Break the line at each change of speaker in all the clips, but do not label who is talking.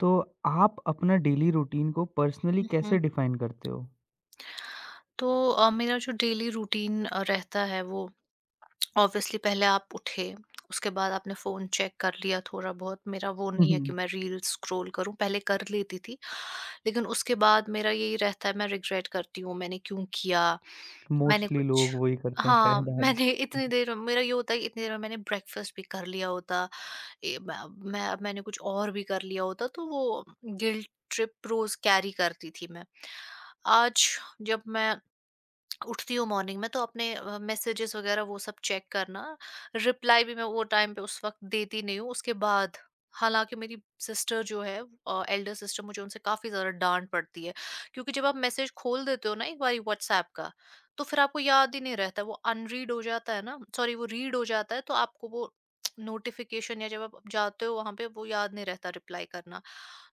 तो आप अपना डेली रूटीन को पर्सनली
हम्म।
कैसे डिफाइन करते हो?
तो मेरा जो डेली रूटीन रहता है वो ऑब्वियसली पहले आप उठे। उसके बाद आपने फोन चेक कर लिया, थोड़ा बहुत। मेरा वो नहीं है कि
हम्म,
मैं रील्स स्क्रॉल करूं, पहले कर लेती थी। लेकिन उसके बाद मेरा यही रहता है, मैं रिग्रेट करती हूँ मैंने क्यों किया। मैंने
मोस्टली
कुछ
लोग वही करते हैं
हाँ,
शायद आज।
मैंने
हम्म,
इतनी देर, मेरा ये होता है कि इतनी देर में मैंने ब्रेकफास्ट भी कर लिया होता। ए, मैं मैंने कुछ और भी कर लिया होता तो वो गिल्ट ट्रिप रोज कैरी करती थी मैं। आज, जब मैं उठती हूँ मॉर्निंग में, तो अपने मैसेजेस वगैरह वो सब चेक करना। रिप्लाई भी मैं वो टाइम पे उस वक्त देती नहीं हूँ उसके बाद। हालांकि मेरी सिस्टर जो है, एल्डर सिस्टर, मुझे उनसे काफ़ी ज़्यादा डांट पड़ती है। क्योंकि जब आप मैसेज खोल देते हो ना एक बारी व्हाट्सएप का, तो फिर आपको याद ही नहीं रहता, वो अनरीड हो जाता है ना, सॉरी वो रीड हो जाता है, तो आपको वो नोटिफिकेशन या जब आप जाते हो वहां पे वो याद नहीं रहता रिप्लाई करना।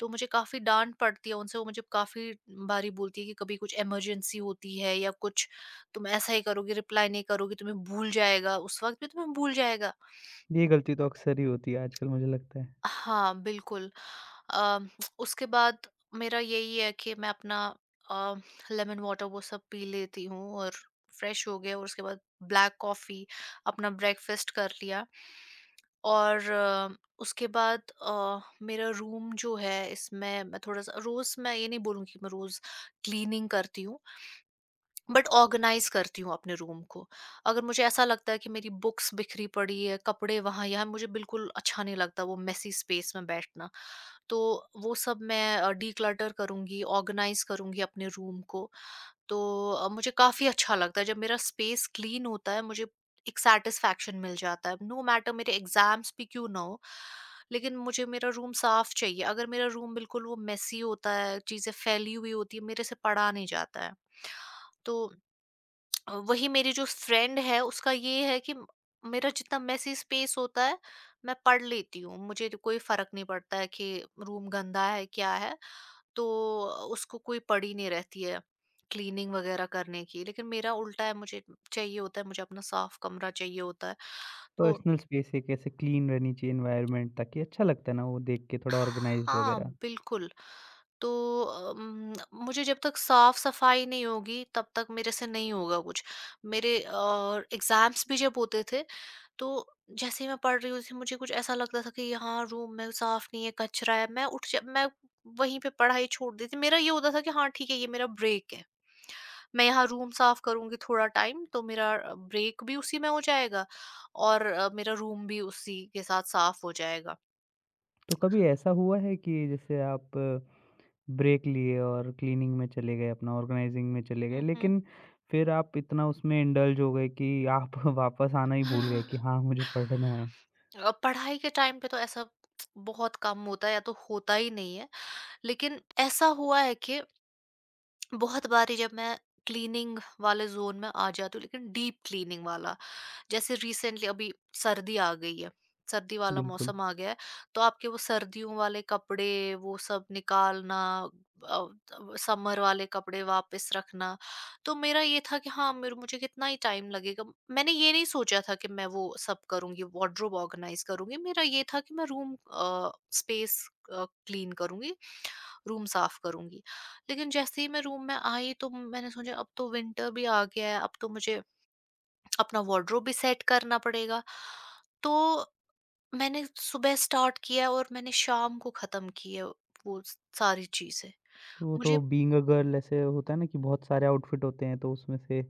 तो मुझे काफ़ी डाँट पड़ती है उनसे, वो मुझे काफ़ी बारी बोलती है कि कभी कुछ इमरजेंसी होती है या कुछ, तुम ऐसा ही करोगी, रिप्लाई नहीं करोगी, तुम्हें भूल जाएगा, उस वक़्त भी तुम्हें भूल जाएगा।
ये गलती तो अक्सर ही होती है आजकल मुझे लगता है।
हाँ, बिल्कुल। अ, उसके बाद मेरा यही है कि मैं अपना अ, लेमन वाटर वो सब पी लेती हूँ, और फ्रेश हो गया, और उसके बाद ब्लैक कॉफ़ी, अपना ब्रेकफ़ास्ट कर लिया। और उसके बाद मेरा रूम जो है, इसमें मैं थोड़ा-सा रोज़, मैं ये नहीं बोलूँगी कि मैं रोज़ क्लीनिंग करती हूँ। बट ऑर्गेनाइज करती हूँ अपने रूम को। अगर मुझे ऐसा लगता है कि मेरी बुक्स बिखरी पड़ी है, कपड़े वहाँ-यहाँ, मुझे बिल्कुल अच्छा नहीं लगता वो मेसी स्पेस में बैठना। तो वो सब मैं डिक्लटर करूँगी, ऑर्गेनाइज करूँगी अपने रूम को। तो मुझे काफ़ी अच्छा लगता है जब मेरा स्पेस क्लीन होता है, मुझे एक सैटिस्फैक्शन मिल जाता है। नो मैटर मेरे एग्ज़ाम्स भी क्यों ना हो, लेकिन मुझे मेरा रूम साफ चाहिए। अगर मेरा रूम बिल्कुल वो मेसी होता है, चीज़ें फैली हुई होती है, मेरे से पढ़ा नहीं जाता है। तो वही मेरी जो फ्रेंड है उसका ये है कि मेरा जितना मेसी स्पेस होता है, मैं पढ़ लेती हूँ, मुझे तो कोई फर्क नहीं पड़ता है कि रूम गंदा है क्या है, तो उसको कोई पड़ी नहीं रहती है क्लीनिंग वगैरह करने की। लेकिन मेरा उल्टा है, मुझे चाहिए होता है, मुझे अपना साफ कमरा चाहिए होता है। तो
पर्सनल स्पेस एक ऐसे क्लीन रहनी चाहिए एनवायरनमेंट ताकि अच्छा लगता है ना वो देख के थोड़ा ऑर्गनाइज्ड
हाँ,
वगैरह।
बिल्कुल। तो अम, मुझे जब तक साफ-सफाई नहीं होगी तब तक मेरे से नहीं होगा कुछ। मेरे एग्ज़ाम्स भी जब होते थे, तो जैसे ही मैं पढ़ रही होती थी, मुझे कुछ ऐसा लगता था कि यहाँ रूम में साफ नहीं है, कचरा है। मैं उठ ज मैं वहीं पे पढ़ाई छोड़ देती थी। मेरा ये होता था कि हाँ ठीक है, ये मेरा ब्रेक है। मैं यहाँ रूम साफ करूँगी थोड़ा टाइम, तो मेरा ब्रेक भी उसी में हो जाएगा, और मेरा रूम भी उसी के साथ साफ हो जाएगा।
तो कभी ऐसा हुआ है कि जैसे आप ब्रेक लिए और क्लीनिंग में चले गए अपना ऑर्गनाइजिंग में चले गए
हुँ, हुँ।
लेकिन फिर आप इतना उसमें इंडल्ज हो गए कि आप वापस आना ही
अ,
भूल गए कि हाँ, मुझे पढ़ना है?
पढ़ाई के टाइम पे तो ऐसा बहुत कम होता है या तो होता ही नहीं है। लेकिन ऐसा हुआ है कि बहुत बारी जब मैं क्लीनिंग वाले जोन में आ जाती हूँ, लेकिन डीप क्लीनिंग वाला, जैसे रिसेंटली अभी सर्दी आ गई है, सर्दी वाला
बिल्कुल।
मौसम आ गया है। तो आपके वो सर्दियों वाले कपड़े, वो सब निकालना, समर वाले कपड़े वापस रखना। तो मेरा ये था कि हाँ, मेरे मुझे कितना ही टाइम लगेगा, मैंने ये नहीं सोचा था कि मैं वो सब करूंगी वार्डरोब ऑर्गेनाइज करूंगी। मेरा ये था कि मैं रूम स्पेस क्लीन करूंगी, रूम साफ करूंगी। लेकिन जैसे ही मैं रूम में आई तो मैंने सोचा अब तो विंटर भी आ गया है, अब तो मुझे अपना वार्डरोब भी सेट करना पड़ेगा। तो मैंने सुबह स्टार्ट किया और मैंने शाम को खत्म किया वो सारी चीजें।
तो वो तो
मुझे
बीइंग अ गर्ल ऐसे होता है ना कि बहुत सारे आउटफिट होते हैं, तो उसमें से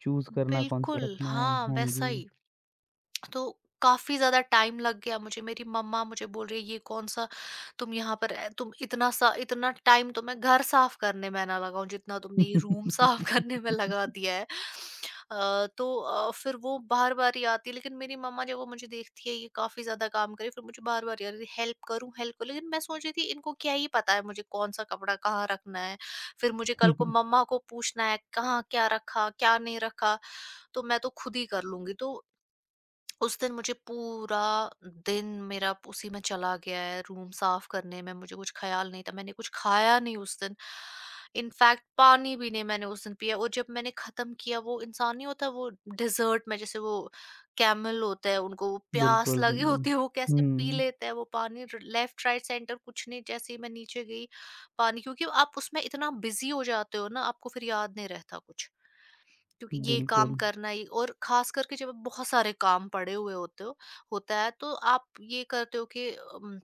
चूज़ करना कौन-सा
बिल्कुल,
रखना है।
हाँ,
हाँ
वैसा
जी।
ही। तो काफ़ी ज़्यादा टाइम लग गया मुझे। मेरी मम्मा मुझे बोल रही है ये कौन सा, तुम यहाँ पर तुम इतना सा इतना, टाइम तो मैं घर साफ करने में ना लगाऊं जितना तुमने ये रूम साफ करने में लगा दिया है। तो फिर वो बार बार ही आती है, लेकिन मेरी मम्मा जब वो मुझे देखती है ये काफ़ी ज़्यादा काम करे, फिर मुझे बार बार, यार हेल्प करूँ हेल्प करूँ। लेकिन मैं सोच रही थी, इनको क्या ही पता है मुझे कौन सा कपड़ा कहाँ रखना है, फिर मुझे कल को मम्मा को पूछना है कहाँ क्या रखा क्या नहीं रखा, तो मैं तो खुद ही कर लूंगी। तो उस दिन मुझे पूरा दिन मेरा उसी में चला गया है रूम साफ करने में। मुझे कुछ ख्याल नहीं था, मैंने कुछ खाया नहीं उस दिन, इनफैक्ट पानी भी नहीं मैंने उस दिन पिया। और जब मैंने खत्म किया, वो इंसान नहीं होता, वो डेजर्ट में जैसे वो कैमल होता है, उनको वो प्यास
बिल्कुल,
लगी
बिल्कुल।
होती है, वो कैसे पी
हुँ,
लेते हैं वो पानी लेफ्ट राइट सेंटर कुछ नहीं, जैसे ही मैं नीचे गई पानी। क्योंकि आप उसमें इतना बिजी हो जाते हो ना, आपको फिर याद नहीं रहता कुछ, क्योंकि ये काम
बिल्कुल।
करना ही, और खास करके जब आप बहुत सारे काम पड़े हुए होते हो होता है, तो आप ये करते हो कि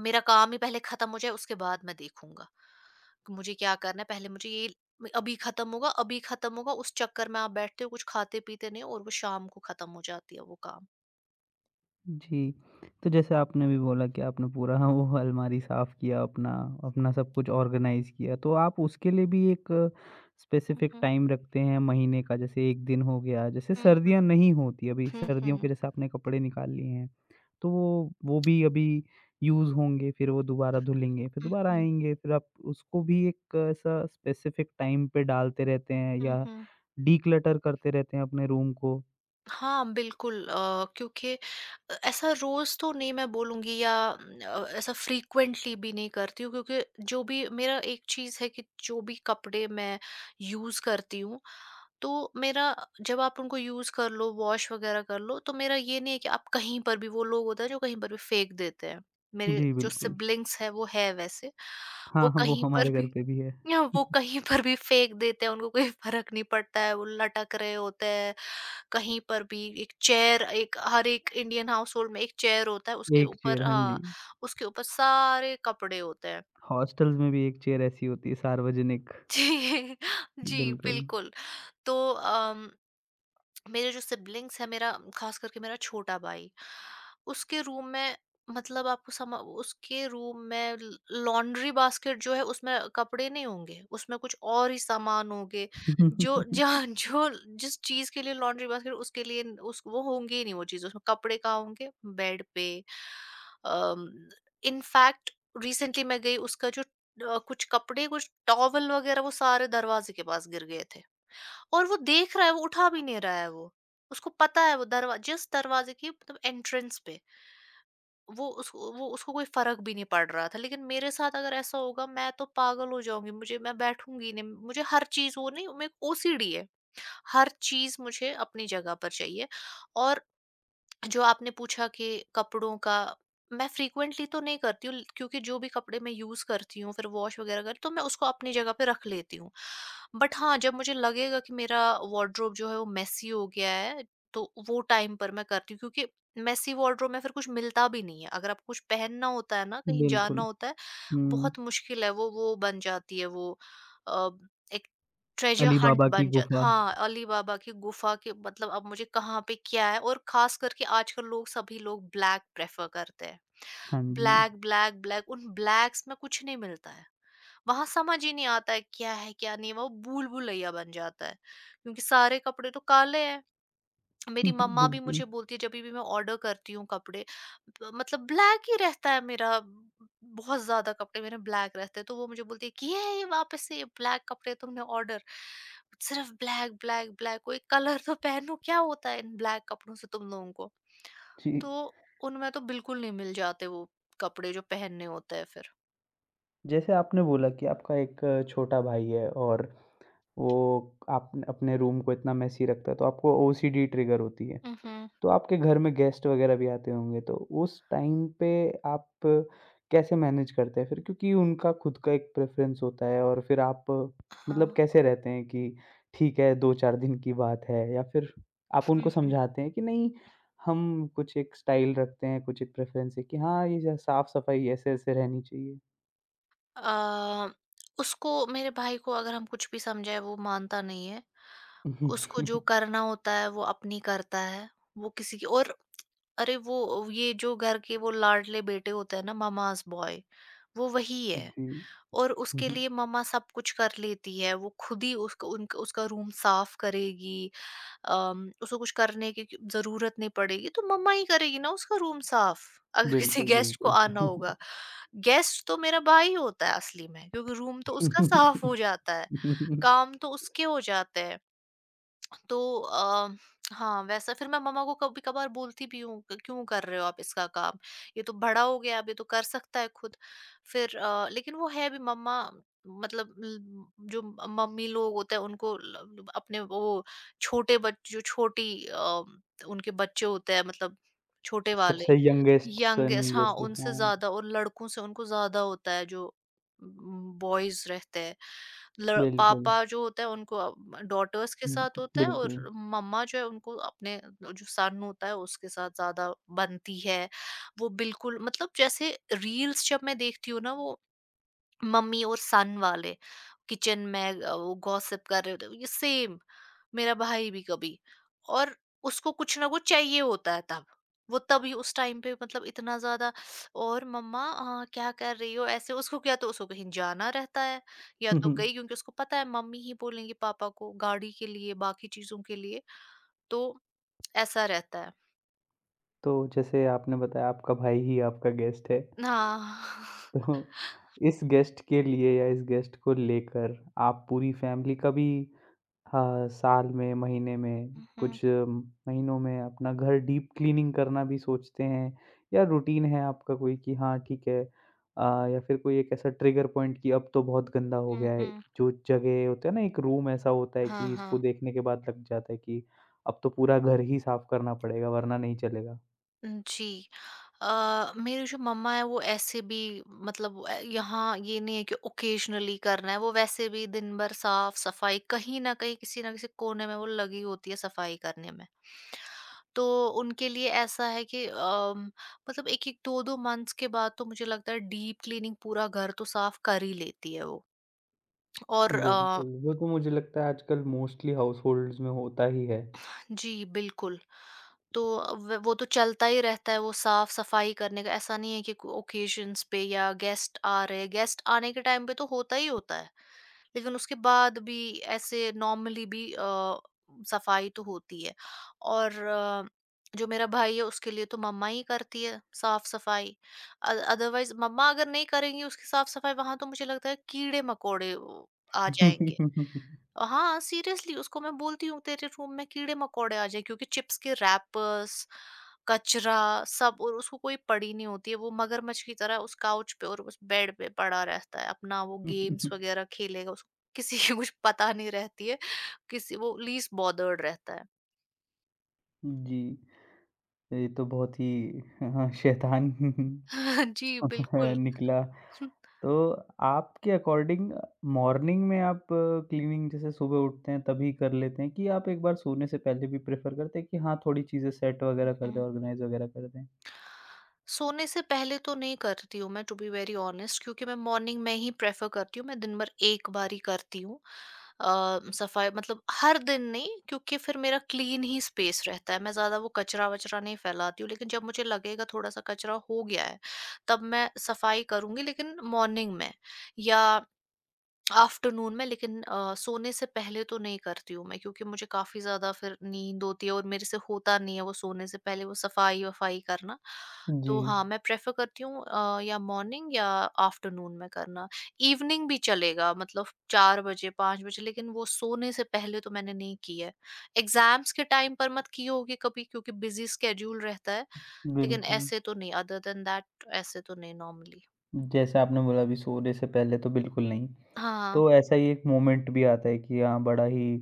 मेरा काम ही पहले खत्म हो जाए, उसके बाद मैं देखूंगा कि मुझे क्या करना है। पहले मुझे ये अभी खत्म होगा, अभी खत्म होगा, उस चक्कर में आप बैठते हो, कुछ खाते पीते नहीं, और वो शाम को खत्म हो जाती है वो काम।
जी, तो जैसे आपने भी बोला कि आपने पूरा वो अलमारी साफ़ किया अपना, अपना सब कुछ ऑर्गनाइज़ किया, तो आप उसके लिए भी एक स्पेसिफ़िक
हम्म
टाइम रखते हैं महीने का, जैसे 1 दिन हो गया, जैसे
हम्म।
सर्दियाँ नहीं होती अभी,
हम्म।
सर्दियों के जैसे आपने कपड़े निकाल लिए हैं। तो वो भी अभी यूज़ होंगे, फिर वो दोबारा धुलेंगे, फिर
हम्म।
दोबारा आएँगे, फिर आप उसको भी एक ऐसा स्पेसिफ़िक टाइम पे डालते रहते हैं
हम्म।
या
हम्म।
डिक्लटर करते रहते हैं अपने रूम को।
हाँ, बिल्कुल। क्योंकि ऐसा रोज़ तो नहीं मैं बोलूँगी, या ऐसा फ्रीक्वेंटली भी नहीं करती हूँ। क्योंकि जो भी, मेरा एक चीज़ है, कि जो भी कपड़े मैं यूज़ करती हूँ, तो मेरा, जब आप उनको यूज़ कर लो, वॉश वगैरह कर लो, तो मेरा ये नहीं है कि आप कहीं पर भी, वो लोग होते हैं जो कहीं पर भी फेंक देते हैं। मेरे
जी,
जो
बिल्कुल।
सिबलिंग्स हैं, वो है वैसे, वो
हाँ, हाँ, वो
कहीं पर
हमारे घर
भी,
पे भी है।
या वो कहीं पर भी फेंक देते हैं, उनको कोई फ़र्क नहीं पड़ता है, वो लटक रहे होते हैं, कहीं पर भी, एक चेयर, एक, हर एक इंडियन हाउसहोल्ड में एक चेयर होता है, उसके
1
ऊपर,
चेयर, हाँ जी।
हाँ, उसके ऊपर सारे कपड़े होते हैं।
हॉस्टल्स में भी 1 चेयर ऐसी होती है सार्वजनिक।
जी, जी,
बिल्कुल।
बिल्कुल। तो अम मेरे जो सिबलिंग्स है, मेरा खास करके मेरा छोटा भाई, उसके रूम में, मतलब आपको सम, उसके रूम में लॉन्ड्री बास्केट जो है, उसमें कपड़े नहीं होंगे, उसमें कुछ और ही सामान होंगे। जो जहाँ जो, जिस चीज के लिए लॉन्ड्री बास्केट, उसके लिए न- उस वो होंगे ही नहीं वो चीज। उसमें कपड़े कहाँ होंगे? बेड पे। इनफैक्ट रिसेंटली मैं गई, उसका जो कुछ कपड़े कुछ टॉवल वगैरह वो सारे दरवाजे के पास गिर गए थे, और वो देख रहा है, वो उठा भी नहीं रहा है वो। उसको पता है वो दरवा जिस दरवाजे की, मतलब एंट्रेंस पे, वो उस वो उसको कोई फ़र्क भी नहीं पड़ रहा था। लेकिन मेरे साथ अगर ऐसा होगा मैं तो पागल हो जाऊँगी, मुझे, मैं बैठूँगी नहीं। मुझे हर चीज़, वो नहीं, मेरे को ओसीडी है। हर चीज़ मुझे अपनी जगह पर चाहिए। और जो आपने पूछा कि कपड़ों का, मैं फ्रीक्वेंटली तो नहीं करती हूँ, क्योंकि जो भी कपड़े मैं यूज करती हूँ फिर वॉश वगैरह कर, तो मैं उसको अपनी जगह पे रख लेती हूँ। बट हाँ, जब मुझे लगेगा कि मेरा वार्ड्रोब जो है वो मेसी हो गया है, तो वो टाइम पर मैं करती हूँ। क्योंकि मेसी वार्ड्रोब में फिर कुछ मिलता भी नहीं है, अगर आपको कुछ पहनना होता है ना, कहीं जाना
बिल्कुल।
होता है।
हुँ,
बहुत मुश्किल है, वो बन जाती है वो अ, एक ट्रेजर
अली
हंट
बाबा की
बन जाता।
गुफ़ा।
हाँ, अली बाबा की गुफा के, मतलब अब मुझे कहाँ पे क्या है। और खास करके आजकल लोग, सभी लोग ब्लैक प्रेफर करते हैं,
हाँ जी।
ब्लैक ब्लैक ब्लैक, उन ब्लैक्स में कुछ नहीं मिलता है। वहां समझ ही नहीं आता है क्या नहीं है, वो भूल भुलैया बन जाता है, क्योंकि सारे कपड़े तो काले हैं। मेरी मम्मा भी
बिल्कुल।
मुझे बोलती है जब भी मैं ऑर्डर करती हूँ कपड़े, मतलब ब्लैक ही रहता है मेरा, बहुत ज्यादा कपड़े मेरे ब्लैक रहते हैं, तो वो मुझे बोलती है कि ये वापस से ये ब्लैक कपड़े तुमने ऑर्डर, सिर्फ ब्लैक ब्लैक ब्लैक, कोई कलर तो पहनो, क्या होता है इन ब्लैक कपड़ों से तुम लोगों को।
जी।
तो उनमें तो बिल्कुल नहीं मिल जाते वो कपड़े जो पहनने होते हैं फिर।
जैसे आपने बोला कि आपका एक छोटा भाई है और वो आप अपने रूम को इतना मेसी रखता है, तो आपको ओसीडी ट्रिगर होती है।
हम्म।
तो आपके घर में गेस्ट वगैरह भी आते होंगे, तो उस टाइम पे आप कैसे मैनेज करते हैं फिर? क्योंकि उनका खुद का एक प्रेफ़रेंस होता है और फिर आप मतलब
हाँ।
कैसे रहते हैं कि ठीक है 2-4 दिन की बात है या फिर आप उनको
हम्म।
समझाते हैं कि नहीं, हम कुछ एक स्टाइल रखते हैं, कुछ एक प्रेफ़रेंस है कि हाँ, ये साफ-सफाई ऐसे-ऐसे रहनी चाहिए?
आ, उसको, मेरे भाई को, अगर हम कुछ भी समझाए वो मानता नहीं है। उसको जो करना होता है वो अपनी करता है। वो किसी की, और अरे वो ये जो घर के वो लाडले बेटे होते हैं ना, ममास बॉय, वो वही है।
जी।
और उसके लिए मम्मा सब कुछ कर लेती है। वो खुद ही उसका रूम साफ करेगी। उसको कुछ करने की जरूरत नहीं पड़ेगी तो मम्मा ही करेगी ना उसका रूम साफ। अगर किसी
बिल्कुल,
गेस्ट को
बिल्कुल।
आना होगा, गेस्ट तो मेरा भाई होता है असली में, क्योंकि रूम तो उसका साफ हो जाता है, काम तो उसके हो जाते हैं। तो अ, हाँ, वैसा फिर मैं मम्मा को कभी-कभार बोलती भी हूँ, क "क्यों कर रहे हो आप इसका काम? ये तो बड़ा हो गया, अब ये तो कर सकता है खुद।" फिर लेकिन वो है भी मम्मा। मतलब ल जो मम्मी लोग होते हैं उनको ल अपने वो छोटे बच जो छोटी अ, उनके बच्चे होते हैं, मतलब छोटे वाले।
सबसे यंगेस्ट सन
यंगेस्ट, हाँ,
जैसे
उनसे
हाँ,
ज़्यादा और लड़कों से उनको ज़्यादा होता है जो बॉयज़ रहते हैं। लड़
बिल्कुल।
पापा जो होता है उनको डॉटर्स के
हुँ,
साथ होता है और
बिल्कुल।
मम्मा जो है उनको अपने जो सन होता है उसके साथ ज़्यादा बनती है। वो बिल्कुल, मतलब जैसे रील्स जब मैं देखती हूँ ना, वो मम्मी और सन वाले किचन में वो गॉसिप कर रहे होते हैं। ये सेम मेरा भाई भी कभी, और उसको कुछ ना कुछ चाहिए होता है तब वो तभी उस टाइम पे, मतलब इतना ज्यादा। और मम्मा, क्या कर रही हो ऐसे, उसको क्या, तो उसको कहीं जाना रहता है या तो कहीं, क्योंकि उसको पता है मम्मी ही बोलेंगी पापा को गाड़ी के लिए, बाकी चीजों के लिए। तो ऐसा रहता है।
तो जैसे आपने बताया आपका भाई ही आपका गेस्ट है,
हाँ।
तो इस गेस्ट के लिए या इस गेस्ट को लेकर आप पूरी फैमिली का भी हाँ, साल में, महीने में,
हम्म।
कुछ महीनों में अपना घर डीप क्लीनिंग करना भी सोचते हैं या रूटीन है आपका कोई कि हाँ, ठीक है या फिर कोई एक ऐसा ट्रिगर पॉइंट कि अब तो बहुत गंदा हो
हम्म।
गया है,
हम्म।
जो जगह होता है ना एक रूम ऐसा होता है
हाँ,
कि इसको
हाँ।
देखने के बाद लग जाता है कि अब तो पूरा घर ही साफ करना पड़ेगा वरना नहीं चलेगा?
जी। मेरे जो मम्मा है वो ऐसे भी, मतलब वो, यहाँ ये नहीं है कि ओकेजनली करना है। वो वैसे भी दिन भर साफ सफाई कहीं ना कहीं किसी ना किसी कोने में वो लगी होती है सफाई करने में। तो उनके लिए ऐसा है कि मतलब एक एक दो दो मंथ्स के बाद तो मुझे लगता है डीप क्लीनिंग पूरा घर तो साफ कर ही लेती है वो। और अ,
बिल्कुल, वो तो मुझे लगता है आजकल मोस्टली हाउसहोल्ड्स में होता ही है।
जी बिल्कुल। तो व वो तो चलता ही रहता है वो साफ-सफाई करने का, ऐसा नहीं है कि ओकेशंस पे या गेस्ट आ रहे हैं। गेस्ट आने के टाइम पे तो होता ही होता है, लेकिन उसके बाद भी ऐसे नॉर्मली भी सफाई तो होती है। और अ, जो मेरा भाई है उसके लिए तो मम्मा ही करती है साफ-सफाई। अदरवाइज़ मम्मा अगर नहीं करेंगी उसकी साफ-सफाई वहाँ, तो मुझे लगता है कीड़े-मकोड़े आ जाएँगे। हाँ, सीरियसली उसको मैं बोलती हूँ तेरे रूम में कीड़े-मकोड़े आ जाएँ, क्योंकि चिप्स के रैपर्स, कचरा सब, और उसको कोई पड़ी नहीं होती है। वो मगरमच्छ की तरह उस काउच पे और उस बेड पे पड़ा रहता है। अपना वो गेम्स वगैरह खेलेगा, उसको किसी की कुछ पता नहीं रहती है। किसी वो लीस्ट बॉदर्ड रहता है।
जी। ये तो बहुत ही हाँ, शैतान
जी, बिल्कुल।
निकला। तो आपके अकॉर्डिंग मॉर्निंग में आप क्लीनिंग जैसे सुबह उठते हैं तभी कर लेते हैं कि आप एक बार सोने से पहले भी प्रेफ़र करते हैं कि हाँ, थोड़ी चीज़ें सेट वगैरह कर दें,
हुँ।
ऑर्गनाइज़ वगैरह कर दें?
सोने से पहले तो नहीं करती हूँ मैं, टू बी वेरी ऑनेस्ट, क्योंकि मैं मॉर्निंग में ही प्रेफर करती हूँ। मैं दिन भर एक बार ही करती हूँ अ, सफाई, मतलब हर दिन नहीं, क्योंकि फिर मेरा क्लीन ही स्पेस रहता है। मैं ज़्यादा वो कचरा वचरा नहीं फैलाती हूँ, लेकिन जब मुझे लगेगा थोड़ा सा कचरा हो गया है तब मैं सफाई करूंगी, लेकिन मॉर्निंग में या आफ्टरनून में। लेकिन सोने से पहले तो नहीं करती हूँ मैं, क्योंकि मुझे काफ़ी ज़्यादा फिर नींद होती है और मेरे से होता नहीं है वो सोने से पहले वो सफाई-वफाई करना।
जी,
तो हाँ, मैं प्रेफ़र करती हूँ या मॉर्निंग या आफ्टरनून में करना। इवनिंग भी चलेगा, मतलब 4 बजे, 5 बजे, लेकिन वो सोने से पहले तो मैंने नहीं की है। एग्ज़ाम्स के टाइम पर मत की होगी कभी, क्योंकि बिज़ी स्केड्यूल रहता है, लेकिन
बिल्कुल।
ऐसे तो नहीं। अदर दैन दैट ऐसे तो नहीं नॉर्मली।
जैसे आपने बोला अभी सोने से पहले तो बिल्कुल नहीं।
हाँ।
तो ऐसा ही एक मोमेंट भी आता है कि हाँ, बड़ा ही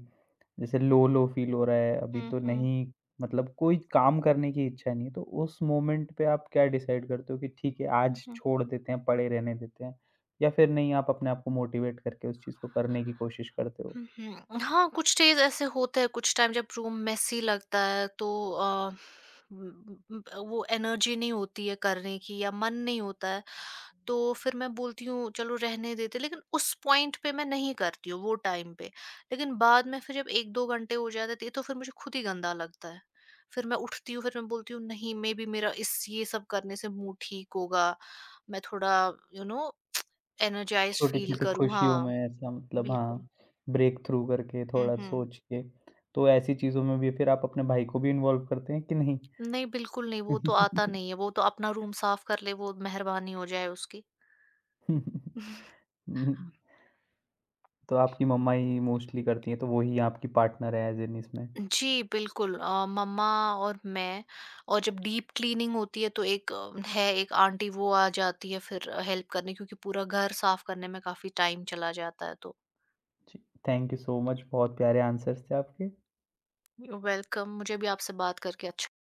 जैसे लो लो फील हो रहा है, अभी
हुँ,
तो
हुँ।
नहीं मतलब कोई काम करने की इच्छा नहीं है, तो उस मोमेंट पे आप क्या डिसाइड करते हो कि ठीक है
हुँ,
आज
हुँ।
छोड़ देते हैं, पड़े रहने देते हैं या फिर नहीं आप अपने आप को मोटिवेट करके उस चीज़ को करने की कोशिश करते हो?
हुँ, हुँ। हाँ, कुछ डेज़ ऐसे होते हैं, कुछ टाइम जब रूम मेसी लगता है तो अ, उम, उम, वो एनर्जी नहीं होती है करने की या मन नहीं होता है, तो फिर मैं बोलती हूँ चलो रहने देते हैं, लेकिन उस पॉइंट पे मैं नहीं करती हूँ वो टाइम पे। लेकिन बाद में फिर जब 1-2 घंटे हो जाते हैं तो फिर मुझे खुद ही गंदा लगता है। फिर मैं उठती हूँ, फिर मैं बोलती हूँ नहीं, मेबी मेरा इस ये सब करने से मूड ठीक होगा, मैं थोड़ा यू नो एनर्जाइज़्ड फ़ील
छोटी-छोटी
करूँ।
खुशियों
हाँ,
में ऐसा मतलब
बिल्कुल।
हाँ, ब्रेक थ्रू करके
हुँ,
थोड़ा
हुँ।
सोच के, तो ऐसी चीज़ों में भी फिर आप अपने भाई को भी इन्वॉल्व करते हैं कि नहीं?
नहीं, बिल्कुल नहीं, वो तो आता नहीं है, वो तो अपना रूम साफ कर ले, वो मेहरबानी हो जाए उसकी।
हम्म, तो आपकी मम्मा ही मोस्टली करती हैं, तो वो ही आपकी पार्टनर हैं एज़ इन इसमें।
जी, बिल्कुल। मम्मा और मैं, और जब डीप क्लीनिंग होती है तो एक अ, है एक आंटी वो आ जाती है फिर हेल्प करने, क्योंकि पूरा घर साफ करने में काफ़ी टाइम चला जाता है, तो
जी, थैंक यू सो मच बहुत प्यारे आंसर्स थे आपके।
यू आर वेलकम, मुझे भी आपसे बात करके अच्छा